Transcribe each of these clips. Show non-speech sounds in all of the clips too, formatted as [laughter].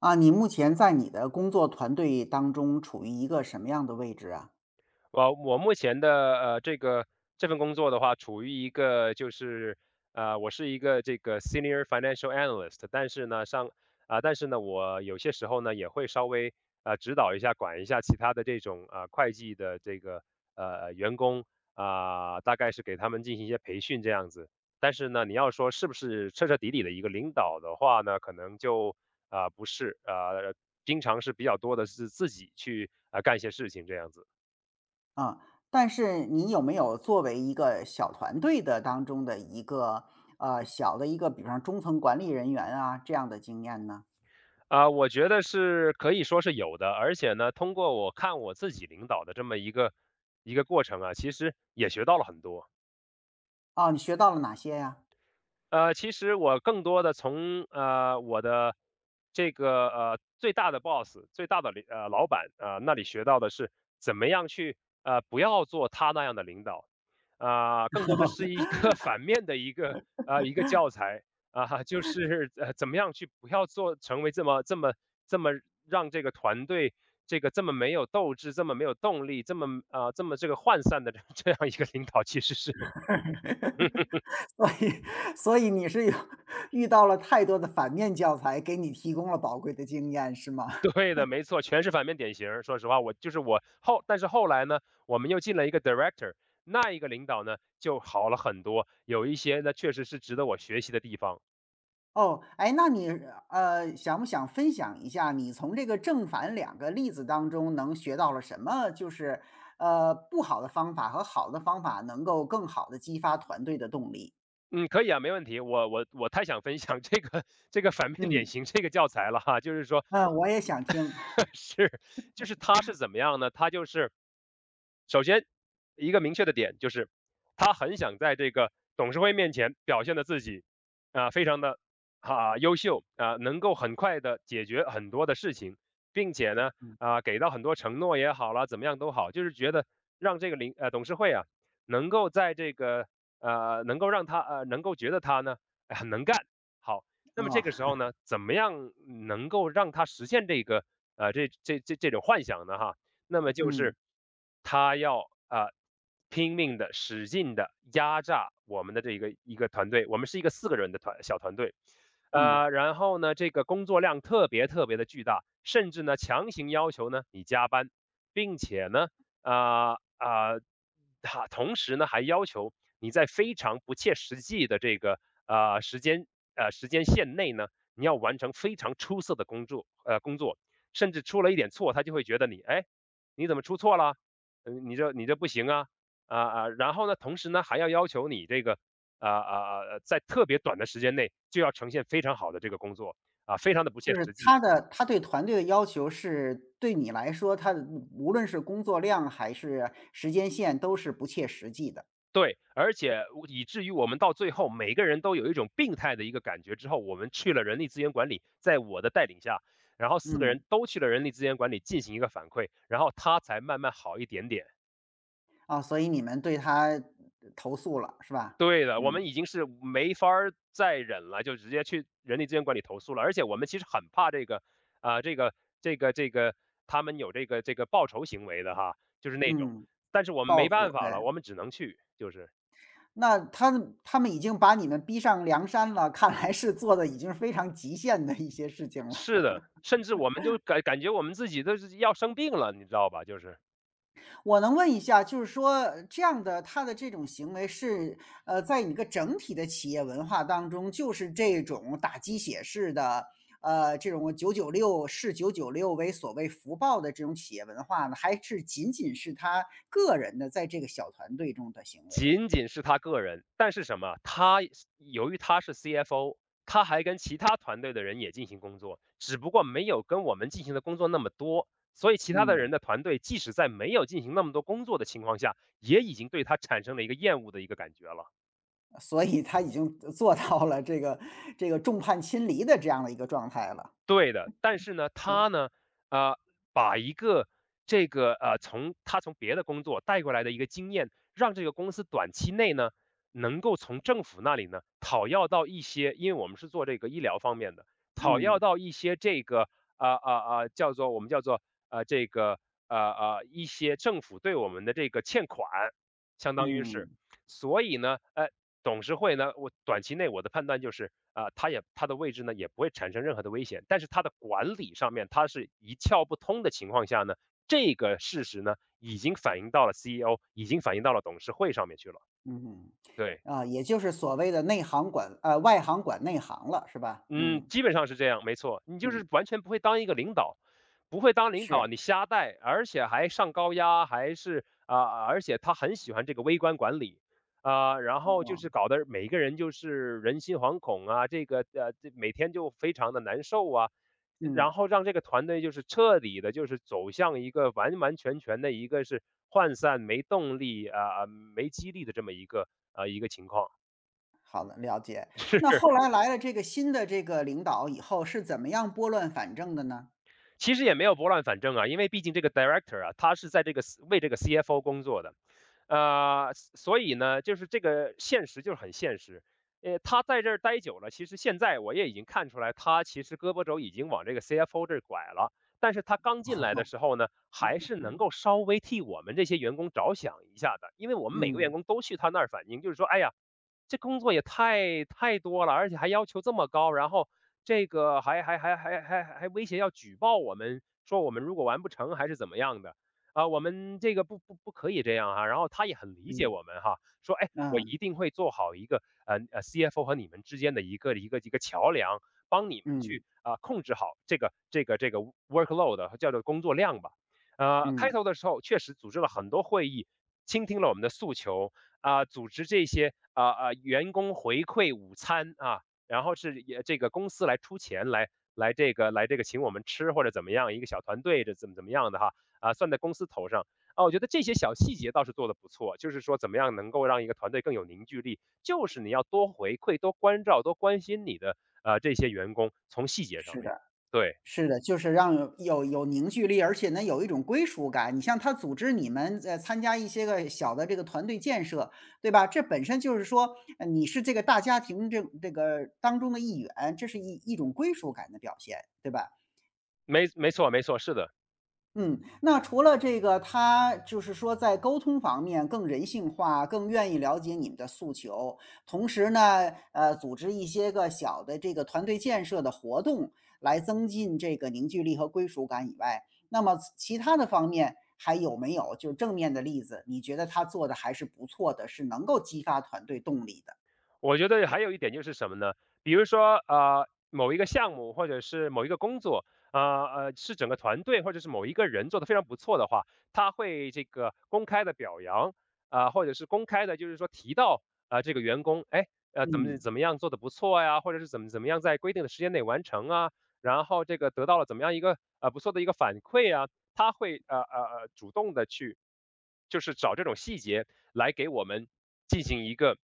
啊，你目前在你的工作团队当中处于一个什么样的位置啊？我目前的这个这份工作的话，处于一个就是我是一个这个 senior financial analyst,但是呢我有些时候呢也会稍微指导一下管一下其他的这种会计的这个员工，啊、大概是给他们进行一些培训这样子。但是呢，你要说是不是彻彻底底的一个领导的话呢，可能不是啊，经常是比较多的是自己去干一些事情这样子。啊，但是你有没有作为一个小团队的当中的一个小的一个，比方中层管理人员啊这样的经验呢？啊，我觉得是可以说是有的，而且呢，通过我看我自己领导的这么一个过程啊，其实也学到了很多。啊，你学到了哪些呀？呃，其实我更多的从我的这个最大的 boss、最大的领呃老板那里学到的是怎么样去不要做他那样的领导，啊、更多的是一个 [laughs] 反面的一个教材，啊、就是怎么样去不要做成为这么让这个团队这么没有斗志、这么没有动力、这么这个涣散的 [laughs] 这样一个领导，其实是 [laughs] 所以，所以你是有 [laughs] 遇到了太多的反面教材，给你提供了宝贵的经验，是吗？[laughs] 对的，没错，全是反面典型儿说实话，我就是我后但是后来呢，我们又进了一个 director,那一个领导呢就好了很多，有一些呢确实是值得我学习的地方。哦，哎，那你想不想分享一下你从这个正反两个例子当中能学到了什么？就是不好的方法和好的方法能够更好的激发团队的动力。嗯，可以啊，没问题。我太想分享这个这个反面典嗯，型这个教材了哈，就是说 我也想听。[laughs] 是就是他是怎么样呢？他就是首先，一个明确的点就是，他很想在这个董事会面前表现的自己，非常的，优秀啊，能够很快的解决很多的事情，并且呢嗯，给到很多承诺也好啦，怎么样都好，就是觉得让这个董事会啊能够在这个能够让能够觉得他呢哎很能干。好，那么这哦，个时候呢，怎么样能够让他实现这个这种幻想呢？哈，那么就嗯是他要啊、呃拼命的、使劲的压榨我们的这一个团队，我们是一个四个人的小团队，嗯，呃，然后呢，这个工作量特别特别的巨大，甚至呢强行要求呢你加班，并且呢，啊、啊，同时呢还要求你在非常不切实际的这个呃时间时间线内呢，你要完成非常出色的工作，甚至出了一点错，他就会觉得你哎你怎么出错了？嗯，你这不行啊，然后呢，同时呢要求你这个，在特别短的时间内就要呈现非常好的这个工作，啊，非常的不切就是实际。他对团队的要求是对你来说，他的无论是工作量还是时间线都是不切实际的。对，而且以至于我们到最后每个人都有一种病态的一个感觉，之后我们去了人力资源管理，在我的带领下，然后四个嗯，人都去了人力资源管理进行一个反馈，然后他才慢慢好一点点。啊，所以你们对他投诉了是吧？对的，我嗯们已经是没法儿再忍了，就直接去人力资源管理投诉了。而且我们其实很怕这个，啊、这个这个他们有这个报仇行为的哈，就是那种。嗯。但是我们报没办复，对。法了，我们只能去，就是那他们已经把你们逼上梁山了，看来是做的已经非常极限的一些事情了。是的，甚至我们就感觉我们自己都是要生病了，你知道吧？就是我能问一下，就是说这样的他的这种行为是，在一个整体的企业文化当中，就是这种打鸡血式的，这种九九六为所谓福报的这种企业文化呢，还是仅仅是他个人的在这个小团队中的行为？仅仅是他个人，但是什么，他由于他是 CFO,他还跟其他团队的人也进行工作，只不过没有跟我们进行的工作那么多，所以其他的嗯。人的团队即使在没有进行那么多工作的情况下，也已经对他产生了一个厌恶的一个感觉了。所以他已经做 [laughs] 到了这个众叛亲离的这样的一个状态了。对的，但是呢，他呢，啊，把一个从他从别的工作带过来的一个经验，让这个公司短期内呢，能够从政府那里呢讨要到一些，因为我们是做这个医疗方面的，讨要嗯，到一些这个叫做我们叫做呃这个一些政府对我们的这个欠款，相当于是，嗯，所以呢，呃董事会呢，我短期内我的判断就是，啊，它也它的位置呢，也不会产生任何的危险，但是它的管理上面，它是一窍不通的情况下呢，这个事实呢，已经反映到了 CEO,已经反映到了董事会上面去了，嗯，对。啊，也就是所谓的内行管呃，外行管内行了，是吧？嗯，嗯，基本上是这样，没错，你就嗯，是完全不会当一个领导，不会当领是，导，你瞎带，而且还上高压，还是啊、而且他很喜欢这个微观管理，啊、然后就哦，是搞得每一个人就是人心惶恐啊，这每天就非常的难受啊，嗯，然后让这个团队就是彻底的，就是走向一个完完全全的一个是涣散、没动力啊、没激励的这么一个情况，好的，了解。那 [laughs] 后来来了这个新的这个领导以后，是怎么样拨乱反正的呢？其实也没有拨乱反正啊，因为毕竟这个 director 啊，他是在这个为这个 CFO 工作的，呃，所以呢，就是这个现实就是很现实。呃，他在这儿待久了，其实现在我也已经看出来，他其实胳膊肘已经往这个 CFO 这儿拐了。但是他刚进来的时候呢，还是能够稍微替我们这些员工着想一下的，因为我们每个员嗯，工都去他那儿反映，就是说，哎呀，这工作也太多了，而且还要求这么高，然后这个还威胁要举报我们，说我们如果完不成还是怎么样的。啊，我们这个不可以这样哈，然后他也很理解嗯，我们哈，说哎，我嗯，一定会做好一个CFO 和你们之间的一个桥梁，帮你们嗯，去控制好这个 workload 叫做工作量吧。呃，开嗯，头的时候确实组织了很多会议，倾听了我们的诉求，组织这些员工回馈午餐啊，然后是也这个公司来出钱来来这个请我们吃或者怎么样，一个小团队这怎么怎么样的哈啊、算在公司头上啊，我觉得这些小细节倒是做的不错，就是说怎么样能够让一个团队更有凝聚力，就是你要多回馈、多关照、多关心你的这些员工，从细节上是面，的。对，是的，就是让有凝聚力，而且呢有一种归属感。你像他组织你们参加一些个小的这个团队建设，对吧？这本身就是说你是这个大家庭这个当中的一员，这是一种归属感的表现，对吧？没错，是的。嗯，那除了这个，他就是说在沟通方面更人性化，更愿意了解你们的诉求，同时呢，组织一些个小的这个团队建设的活动，来增进这个凝聚力和归属感以外，那么其他的方面还有没有就正面的例子？你觉得他做的还是不错的，是能够激发团队动力的？我觉得还有一点就是什么呢？比如说，某一个项目或者是某一个工作，呃是整个团队或者是某一个人做的非常不错的话，他会这个公开的表扬，啊、或者是公开的，就是说提到啊、这个员工，哎，怎么嗯，怎么样做的不错呀，或者是怎么怎么样在规定的时间内完成啊，然后这个得到了怎么样一个不错的一个反馈啊，他会主动的去，就是找这种细节来给我们进行一个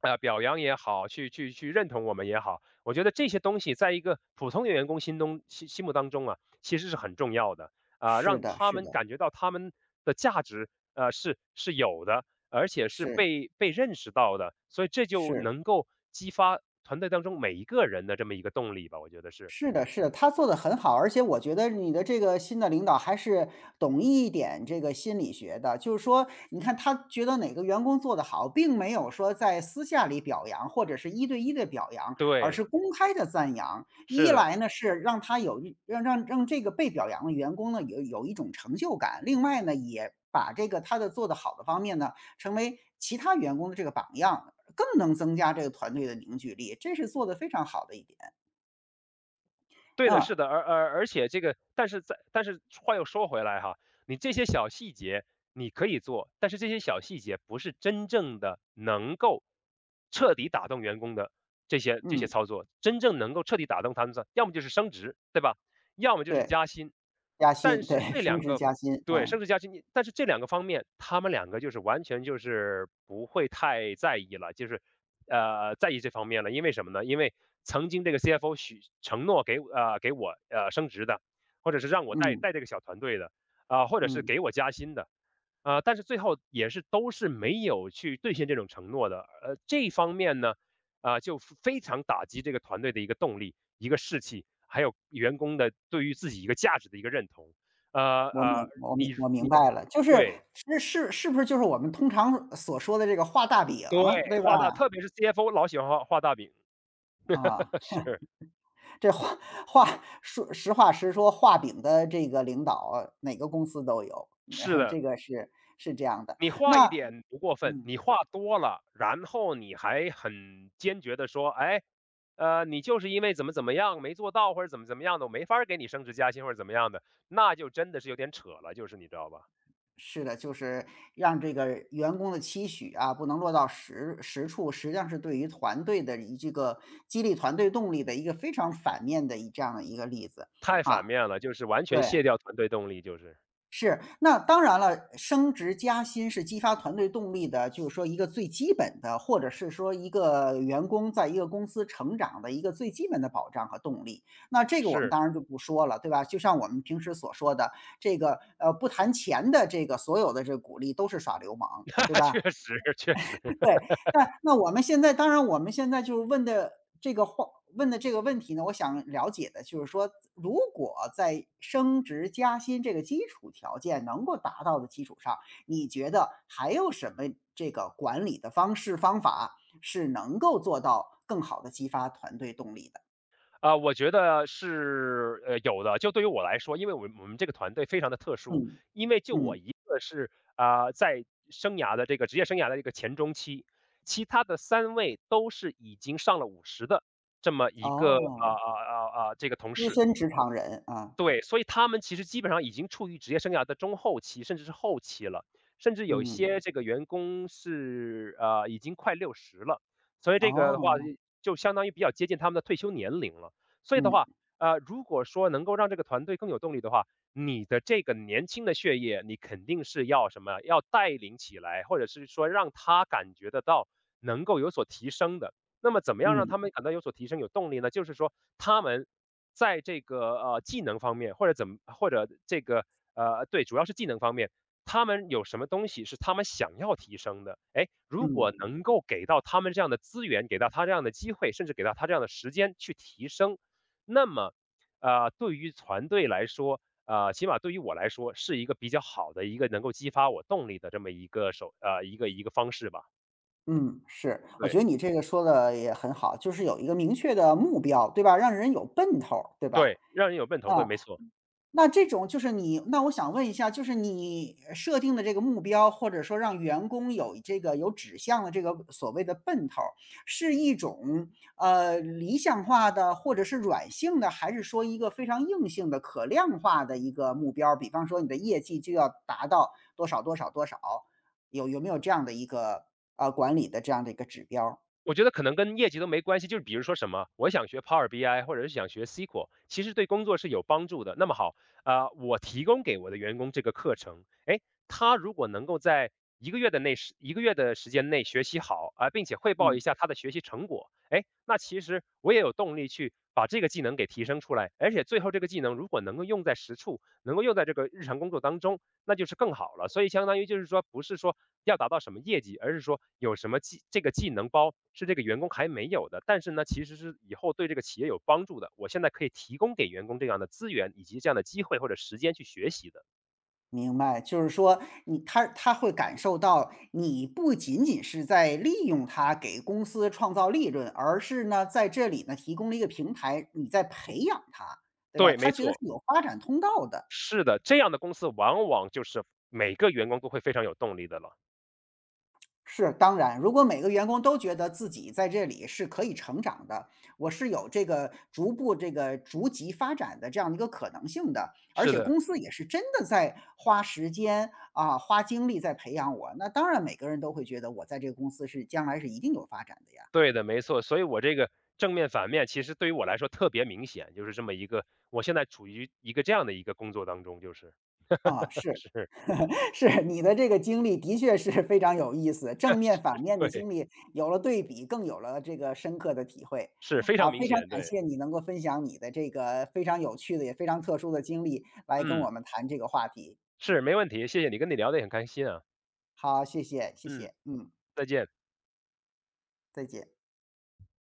表扬也好，去认同我们也好，我觉得这些东西在一个普通的员工心目当中啊，其实是很重要的啊、是让的，他是们的，感觉到他们的价值是有的，而且是是被认识到的，所以这就是。能够激发团队当中每一个人的这么一个动力吧，我觉得是是的，是的，他做的很好，而且我觉得你的这个新的领导还是懂一点这个心理学的，就是说，你看他觉得哪个员工做得好，并没有说在私下里表扬或者是一对一的表扬，而对，是公开的赞扬。是一的。来呢是让他有一让让让这个被表扬的员工呢有一种成就感，另外呢也把这个他的做得好的方面呢，成为其他员工的这个榜样，更能增加这个团队的凝聚力，这是做得非常好的一点，对的，嗯，是的，而且这个，但是话又说回来哈，你这些小细节你可以做，但是这些小细节不是真正的能够彻底打动员工的这些嗯。操作，真正能够彻底打动他们的，要么就是升职，对吧？要么就是对，加薪。加但薪，对，是这升两职个加薪，对，嗯，升职加薪，但是这两个方面，他们两个就是完全就是不会太在意了，就是在意这方面了。因为什么呢？因为曾经这个 CFO 许承诺给我升职的，或者是让我带嗯，带这个小团队的，啊、或者是嗯，给我加薪的，啊、但是最后也是都是没有去兑现这种承诺的。这一方面呢，啊、就非常打击这个团队的一个动力、一个士气，还有员工的对于自己一个价值的一个认同。呃呃，你我明白了，就是对是不是就是我们通常所说的这个画大饼，对对吧？特别是 CFO 老喜欢画大饼，啊，[laughs] 是这画画说实话实说，画饼的这个领导哪个公司都有，是 [laughs] 的，这个是是这样的。你画一那点不过分，嗯。你画多了，然后你还很坚决的说，哎，你就是因为怎么怎么样没做到，或者怎么怎么样的，我没法儿给你升职加薪或者怎么样的，那就真的是有点扯了，就是你知道吧？是的，就是让这个员工的期许啊，不能落到实实处，实际上是对于团队的这个激励团队动力的一个非常反面的这样的一个例子，太反哈，面了，就是完全对。卸掉团队动力，就是是，那当然了，升职加薪是激发团队动力的，就是说一个最基本的，或者是说一个员工在一个公司成长的一个最基本的保障和动力。那这个我们是，当然就不说了，对吧？就像我们平时所说的，这个不谈钱的这个所有的这个鼓励都是耍流 [laughs] 氓，对那吧？确实确实。对，那我们现在就是这个话问的这个问题呢，我想了解的就是说，如果在升职加薪这个基础条件能够达到的基础上，你觉得还有什么这个管理的方式方法是能够做到更好的激发团队动力的？啊，我觉得是，有的。就对于我来说，因为我们这个团队非常的特殊，嗯，因为就我嗯，一个是啊、在生涯的这个职业生涯的这个前中期，其他的三位都是已经上了50的这么一个哦，这个同资事，深职场人啊，对，所以他们其实基本上已经处于职业生涯的中后期，甚至是后期了，甚至有一嗯，些这个员工是，已经快60了，所以这个的话哦，就相当于比较接近他们的退休年龄了。所以的嗯，话，如果说能够让这个团队更有动力的话，你的这个年轻的血液，你肯定是要什么，要带领起来，或者是说让他感觉得到能够有所提升的。那么怎么样让嗯，他们感到有所提升、有动力呢？就是说他们在这个技能方面，或者这个呃对，主要是技能方面，他们有什么东西是他们想要提升的？哎，如嗯。果能够给到他们这样的资源，给到他这样的机会，甚至给到他这样的时间去提升，那么对于团队来说。起码对于我来说，是一个比较好的一个能够激发我动力的这么一个一个方式吧。嗯，是，我对觉得你这个说的也很好，就是有一个明确的目标，对吧？让人有奔头儿，对吧？对，让人有奔头，啊。对，没错。那这种就是你我想问一下，就是你设定的这个目标，或者说让员工有这个有指向的这个所谓的奔头儿是一种，理想化的或者是软性的，还是说一个非常硬性的可量化的一个目标儿比方说你的业绩就要达到多少多少多少，有没有这样的一个，管理的这样的一个指标我觉得可能跟业绩都没关系，就是比如说什么，我想学 Power BI 或者是想学 SQL,其实对工作是有帮助的。那么好，啊，我提供给我的员工这个课程，哎，他如果能够在一个月的时间内学习好啊，并且汇报一嗯。下他的学习成果，哎，那其实我也有动力去把这个技能给提升出来，而且最后这个技能如果能够用在实处，能够用在这个日常工作当中，那就是更好了。所以相当于就是说，不是说要达到什么业绩，而是说有什么技能包是这个员工还没有的，但是呢，其实是以后对这个企业有帮助的。我现在可以提供给员工这样的资源以及这样的机会或者时间去学习的。明白，就是说你他会感受到你不仅仅是在利用他给公司创造利润，而是呢在这里呢提供了一个平台，你在培养他，对吧？对，没他觉得是错，有发展通道的。是的，这样的公司往往就是每个员工都会非常有动力的了。是，当然，如果每个员工都觉得自己在这里是可以成长的，我是有这个逐步这个逐级发展的这样的一个可能性的，而是且的，公司也是真的在花时间啊、花精力在培养我，那当然每个人都会觉得我在这个公司是将来是一定有发展的呀。对的，没错。所以我这个正面反面，其实对于我来说特别明显，就是这么一个，我现在处于一个这样的一个工作当中，就是 啊，[laughs] 是，是 [laughs] 是，你的这个经历的确是 [laughs] 非常有意思，正面反面的对。经历有了对比，更有了这个深刻的体会。是，非啊，常明非常显，感对，谢你能够分享你的这个非常有趣的，也非常特殊的经历来跟嗯，我们谈这个话题。是，没问题，谢谢你，跟你聊得也很开心啊，好，谢谢，谢嗯，谢，嗯，再见。再见。